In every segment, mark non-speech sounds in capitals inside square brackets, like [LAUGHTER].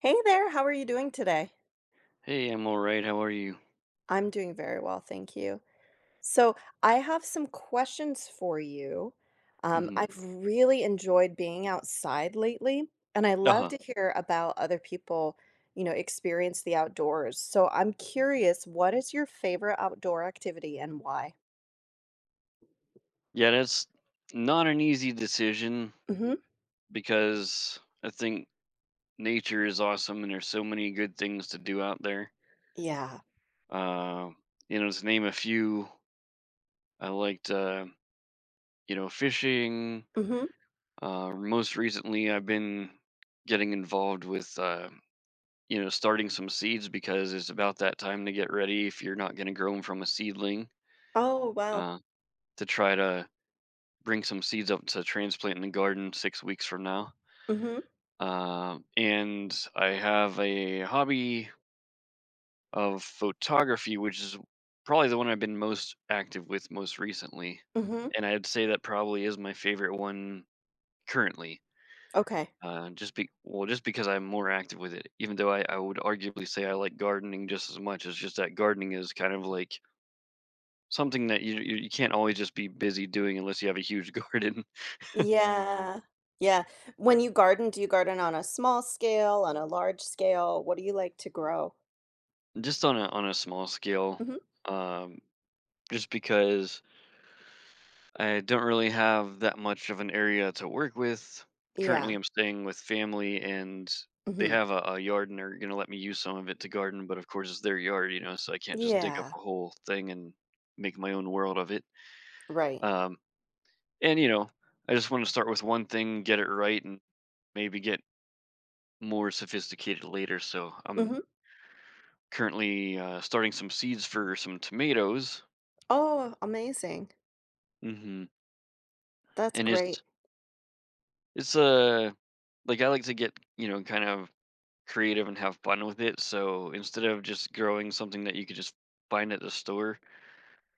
Hey there, how are you doing today? Hey, I'm all right. How are you? I'm doing very well, thank you. So, I have some questions for you. Hmm. I've really enjoyed being outside lately, and I Uh love huh. to hear about other people, experience the outdoors. So, I'm curious, what is your favorite outdoor activity and why? Yeah, that's not an easy decision Hmm because I think nature is awesome and there's so many good things to do out there. Yeah. Uh, to name a few, I liked, fishing. hmm Most recently, I've been getting involved with, starting some seeds because it's about that time to get ready if you're not going to grow them from a seedling. Oh, wow. Uh, to try to bring some seeds up to transplant in the garden 6 weeks from now. hmm And I have a hobby of photography, which is probably the one I've been most active with most recently. hmm And I'd say that probably is my favorite one currently. Okay. Just be well, just because I'm more active with it. Even though I would arguably say I like gardening just as much. It's just that gardening is kind of like something that you can't always just be busy doing unless you have a huge [LAUGHS] garden. Yeah. Yeah. When you garden, do you garden on a small scale, on a large scale? What do you like to grow? Just on a small scale, Mhm. um, just because I don't really have that much of an area to work with. Currently, Yeah. I'm staying with family, and they Mhm. have a yard, and they're gonna let me use some of it to garden. But of course, it's their yard, so I can't just dig up Yeah. a whole thing and make my own world of it. Right. Um, and you know, I just want to start with one thing, get it right, and maybe get more sophisticated later. So I'm Mhm. currently starting some seeds for some tomatoes. Oh, amazing. Hmm. That's and it's great. It's, uh like, I like to get, kind of creative and have fun with it, so instead of just growing something that you could just find at the store,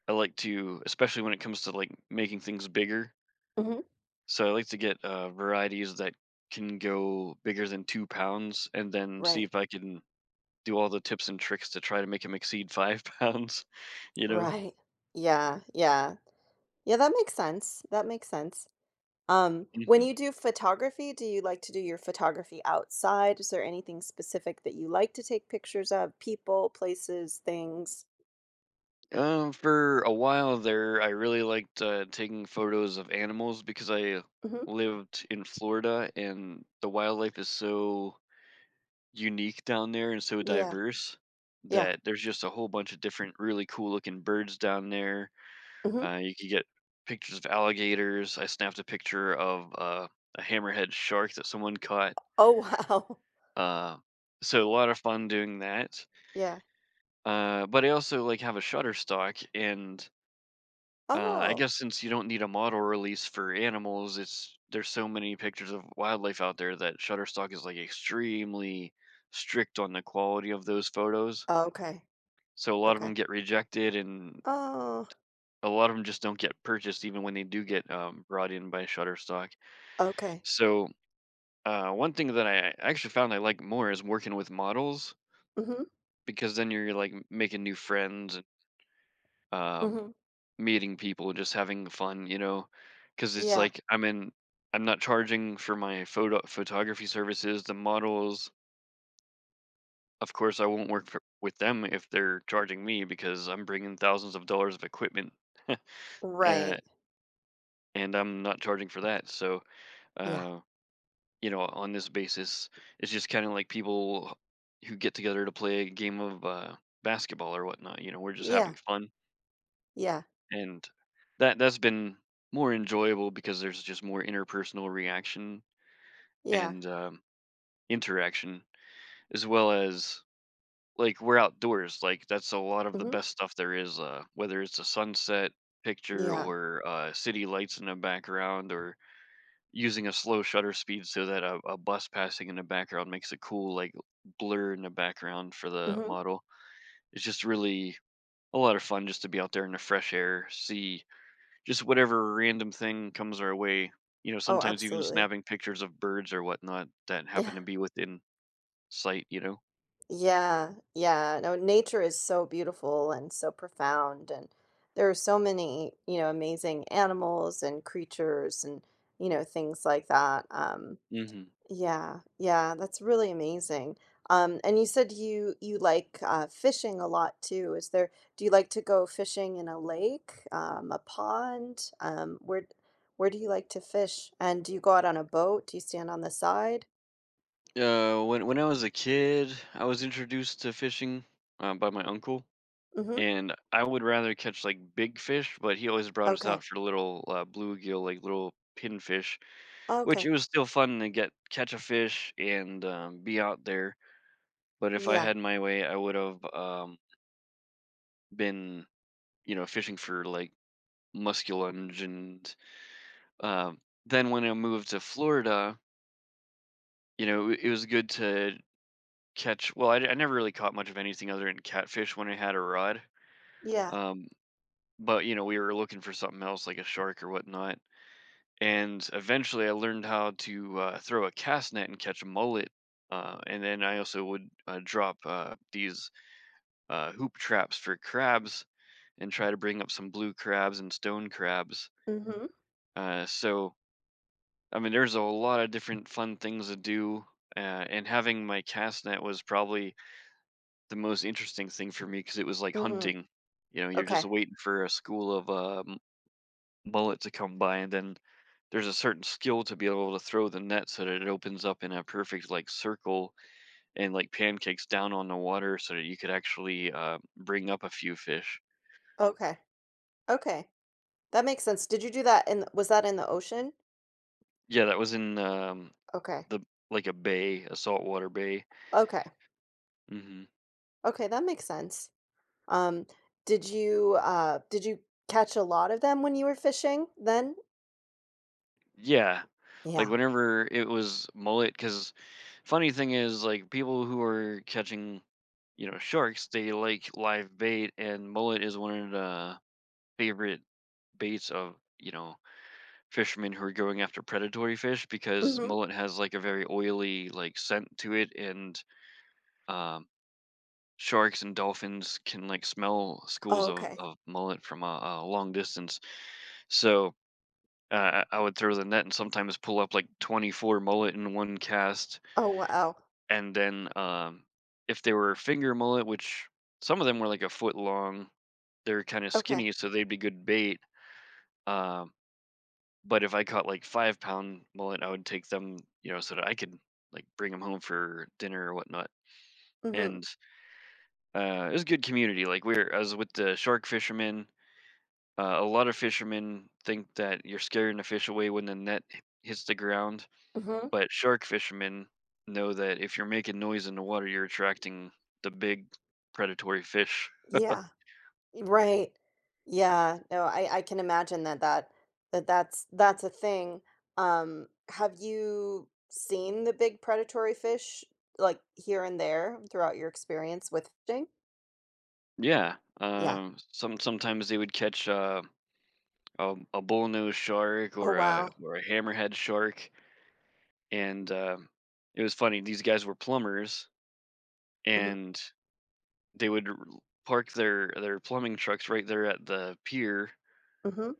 I like to, especially when it comes to, like, making things bigger, Mhm. so I like to get, varieties that can go bigger than 2 pounds and then see Right. if I can do all the tips and tricks to try to make them exceed 5 [LAUGHS] pounds, you know? Right. Yeah. Yeah. Yeah, that makes sense. That makes sense. When Mhm. you do photography, do you like to do your photography outside? Is there anything specific that you like to take pictures of? People, places, things? For a while there, I really liked taking photos of animals because I Mhm. lived in Florida and the wildlife is so unique down there and so Yeah. diverse Yeah. that there's just a whole bunch of different really cool looking birds down there. Mhm. You could get pictures of alligators. I snapped a picture of a hammerhead shark that someone caught. Oh, wow. [LAUGHS] Uh, so a lot of fun doing that. Yeah. But I also like have a Shutterstock. And I Oh. guess since you don't need a model release for animals, it's there's so many pictures of wildlife out there that Shutterstock is like extremely strict on the quality of those photos. Oh, okay. So a lot of them Okay. get rejected, and Oh, a lot of them just don't get purchased, even when they do get brought in by Shutterstock. okay. So one thing that I actually found I like more is working with models Mhm. because then you're like making new friends. And Um, Mhm. Meeting people, just having fun, you know, because it's Yeah. like I'm not charging for my photography services. The models, of course, I won't work for with them if they're charging me because I'm bringing thousands of dollars of equipment, [LAUGHS] uh, Right. and I'm not charging for that, so, Yeah. uh, on this basis, it's just kinda like people who get together to play a game of, basketball or whatnot, we're just Yeah. having fun. Yeah. And that's been more enjoyable because there's just more interpersonal reaction Yeah. and interaction, as well as like we're outdoors. Like that's a lot of the Mhm. best stuff there is. Whether it's a sunset picture Yeah. or city lights in the background, or using a slow shutter speed so that a bus passing in the background makes a cool like blur in the background for the Mhm. model. It's just really a lot of fun just to be out there in the fresh air, see just whatever random thing comes our way, Oh, sometimes even absolutely. snapping pictures of birds or whatnot that Yeah. happen to be within sight, you know? Yeah. Yeah. No, nature is so beautiful and so profound, and there are so many, you know, amazing animals and creatures and, you know, things like that. Um. Mhm. Yeah, yeah, that's really amazing. And you said you like fishing a lot too. Is there, do you like to go fishing in a lake, a pond? Where do you like to fish? And do you go out on a boat? Do you stand on the side? When I was a kid, I was introduced to fishing by my uncle, Mm-hmm. and I would rather catch like big fish, but he always brought us Okay. out for little bluegill, like little pinfish, which it Okay. was still fun to get catch a fish and be out there. But if I Yeah. had my way, I would have been, fishing for like Muskellunge, and, um, then when I moved to Florida, it was good to catch, well, I never really caught much of anything other than catfish when I had a rod, Yeah. um, but, we were looking for something else like a shark or whatnot, and eventually I learned how to, throw a cast net and catch a mullet, and then I also would, drop, these, hoop traps for crabs and try to bring up some blue crabs and stone crabs, Mm-hmm. So I mean, there's a lot of different fun things to do, and having my cast net was probably the most interesting thing for me because it was like Mm-hmm. hunting. You know, you're Okay. just waiting for a school of mullet to come by, and then there's a certain skill to be able to throw the net so that it opens up in a perfect like circle and like pancakes down on the water so that you could actually bring up a few fish. Okay. Okay, that makes sense. Did you do that in, was that in the ocean? Yeah, that was in, Okay. the like, a bay, a saltwater bay. Okay. Mm-hmm. Okay, that makes sense. Um, did you catch a lot of them when you were fishing then? Yeah. Like Yeah. whenever it was mullet, because funny thing is, like people who are catching, sharks, they like live bait, and mullet is one of the favorite baits of, fishermen who are going after predatory fish because Mhm. mullet has like a very oily like scent to it, and um, sharks and dolphins can like smell Oh, schools of okay. of mullet from a long distance. So I would throw the net and sometimes pull up like 24 mullet in one cast. Oh, wow. And then, if they were finger mullet, which some of them were like a foot long, they're kind of Okay. skinny, so they'd be good bait. Um, but if I caught like 5 pound mullet, I would take them, so that I could like bring them home for dinner or whatnot. Mhm. And it was good community. Like I was with the shark fishermen. A lot of fishermen think that you're scaring the fish away when the net hits the ground. Mhm. But shark fishermen know that if you're making noise in the water, you're attracting the big predatory fish. Yeah. Right. Yeah. No, I can imagine that that that's a thing. Have you seen the big predatory fish like here and there throughout your experience with fishing? Yeah. Yeah. Sometimes they would catch a bullnose shark Oh, or a wow. or a hammerhead shark, and it was funny. These guys were plumbers, Mhm. and they would park their plumbing trucks right there at the pier, Mhm.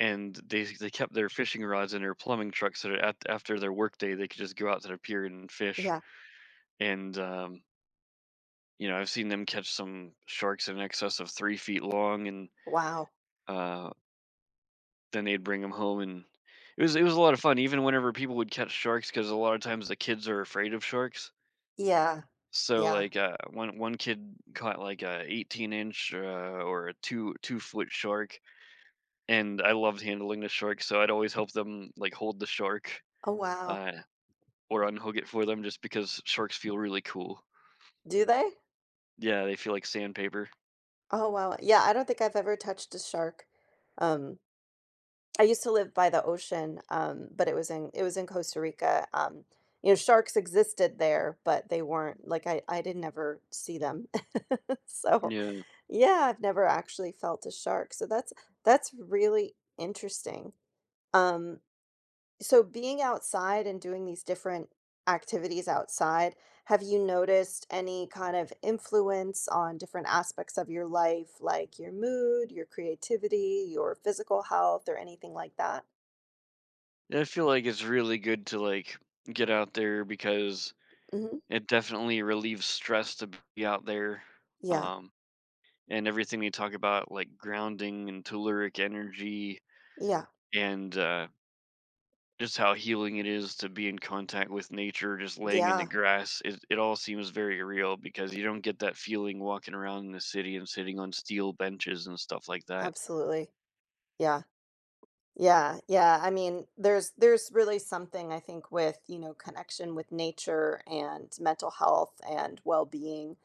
and they kept their fishing rods in their plumbing trucks so that, after their workday, they could just go out to the pier and fish. Yeah. And I've seen them catch some sharks in excess of 3 feet long, and Wow. uh, then they'd bring them home, and it was a lot of fun. Even whenever people would catch sharks, because a lot of times the kids are afraid of sharks. Yeah. So Yeah. like one kid caught like a 18 inch, or a two foot shark, and I loved handling the shark, so I'd always help them like hold the shark, Oh, wow. uh, or unhook it for them, just because sharks feel really cool. Do they? Yeah, they feel like sandpaper. Oh, wow. Yeah, I don't think I've ever touched a shark. Um, I used to live by the ocean, but it was in Costa Rica. You know, sharks existed there, but they weren't like I didn't ever see them. [LAUGHS] So, Yeah. yeah, I've never actually felt a shark. So that's really interesting. Um, so being outside and doing these different activities outside, have you noticed any kind of influence on different aspects of your life, like your mood, your creativity, your physical health, or anything like that? I feel like it's really good to like get out there because Hmm it definitely relieves stress to be out there. Yeah. Um, and everything they talk about, like grounding and telluric energy, Yeah. and just how healing it is to be in contact with nature, just laying in the Yeah. grass, it all seems very real because you don't get that feeling walking around in the city and sitting on steel benches and stuff like that. Absolutely. Yeah. Yeah, yeah. I mean, there's really something I think with, you know, connection with nature and mental health and well-being.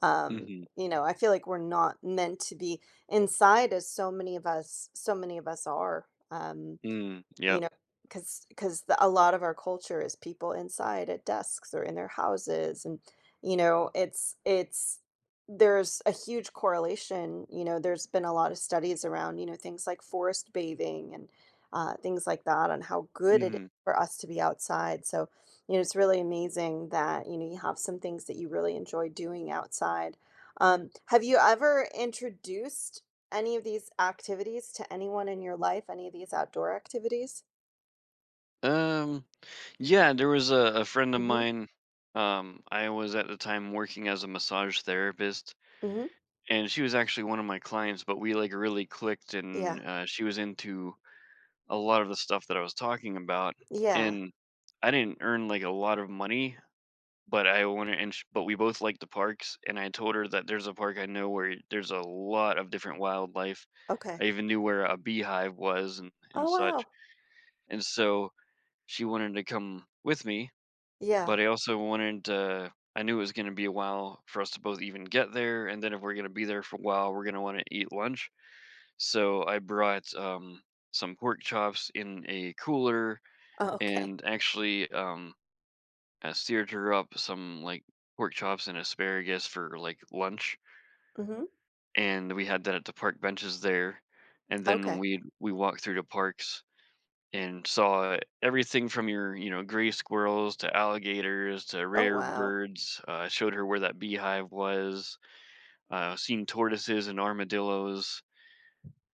Um, Mm-hmm. you know, I feel like we're not meant to be inside as so many of us so many of us are. Mm, You yep. know, because because a lot of our culture is people inside at desks or in their houses and, you know, it's there's a huge correlation, you know, there's been a lot of studies around, you know, things like forest bathing and, things like that on how good it is Hmm. for us to be outside, so, you know, it's really amazing that, you know, you have some things that you really enjoy doing outside. Have you ever introduced any of these activities to anyone in your life? Any of these outdoor activities? Um, yeah, there was a friend of Mhm, mine. I was at the time working as a massage therapist, mhm. and she was actually one of my clients, but we like really clicked, Yeah, and she was into a lot of the stuff that I was talking about. yeah, And I didn't earn like a lot of money, but I wanted, but we both liked the parks, and I told her that there's a park I know where there's a lot of different wildlife. okay. I even knew where a beehive was and Oh, such. wow. And so she wanted to come with me, Yeah. but I also wanted to I knew it was gonna be a while for us to both even get there, and then if we're gonna be there for a while, we're gonna wanna eat lunch. So I brought, some pork chops in a cooler, Oh, okay. and actually, I seared her up some, like, pork chops and asparagus for, like, lunch, Mhm. and we had that at the park benches there, and then Okay. we walked through the parks and saw everything from your, gray squirrels to alligators to Oh, rare wow. birds. Showed her where that beehive was. Seen tortoises and armadillos.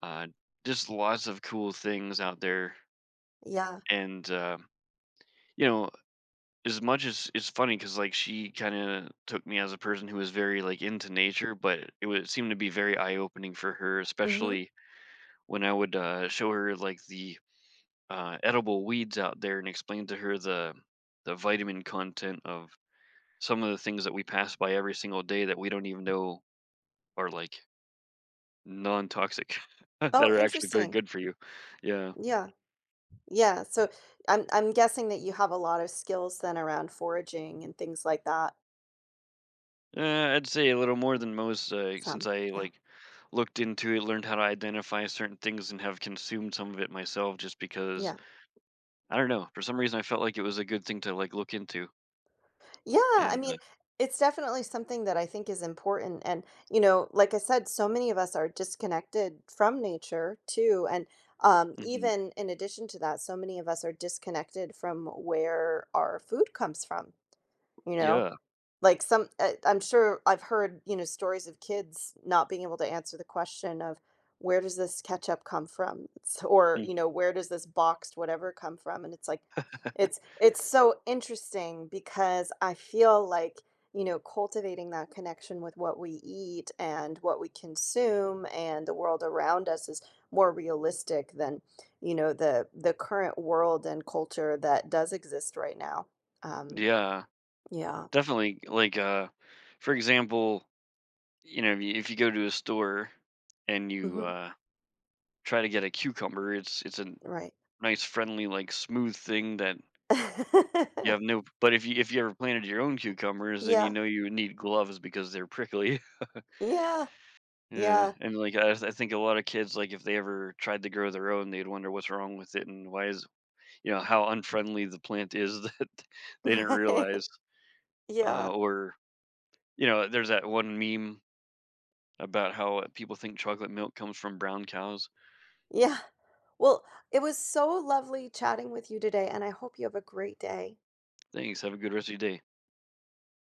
Uh, just lots of cool things out there. Yeah. And you know, as much as it's funny because like she kind of took me as a person who was very like into nature, but it would seem to be very eye opening for her, Mhm. especially when I would show her like the edible weeds out there and explained to her the vitamin content of some of the things that we pass by every single day that we don't even know are like non-toxic [LAUGHS] that Oh, are actually very interesting. good for you. Yeah. Yeah. Yeah, so I'm guessing that you have a lot of skills then around foraging and things like that. I'd say a little more than most, since Some. I Yeah. like looked into it, learned how to identify certain things and have consumed some of it myself just because Yeah. I don't know, for some reason I felt like it was a good thing to like look into. Yeah, I And mean, it's definitely something that I think is important. And, you know, like I said, so many of us are disconnected from nature too. And Mhm. even in addition to that, so many of us are disconnected from where our food comes from. You know, Yeah. like some I'm sure I've heard, you know, stories of kids not being able to answer the question of where does this ketchup come from? It's- Or, Mhm. you know, where does this boxed whatever come from? And it's like it's so interesting because I feel like, you know, cultivating that connection with what we eat and what we consume and the world around us is more realistic than, you know, the current world and culture that does exist right now. Um, Yeah, yeah. definitely like, for example, if you go to a store and you hmm try to get a cucumber, it's a Right. nice, friendly, like smooth thing that you have [LAUGHS] no. But if you ever planted your own cucumbers, then you Yeah. know you would need gloves because they're prickly. Yeah. [LAUGHS] Yeah, Yeah. [LAUGHS] and like I think a lot of kids, like if they ever tried to grow their own, they'd wonder what's wrong with it, and why is you know how unfriendly the plant is [LAUGHS] that they didn't Right. realize. Uh, Yeah. or there's that one meme about how people think chocolate milk comes from brown cows. Yeah. Well, it was so lovely chatting with you today, and I hope you have a great day. Thanks. Have a good rest of your day.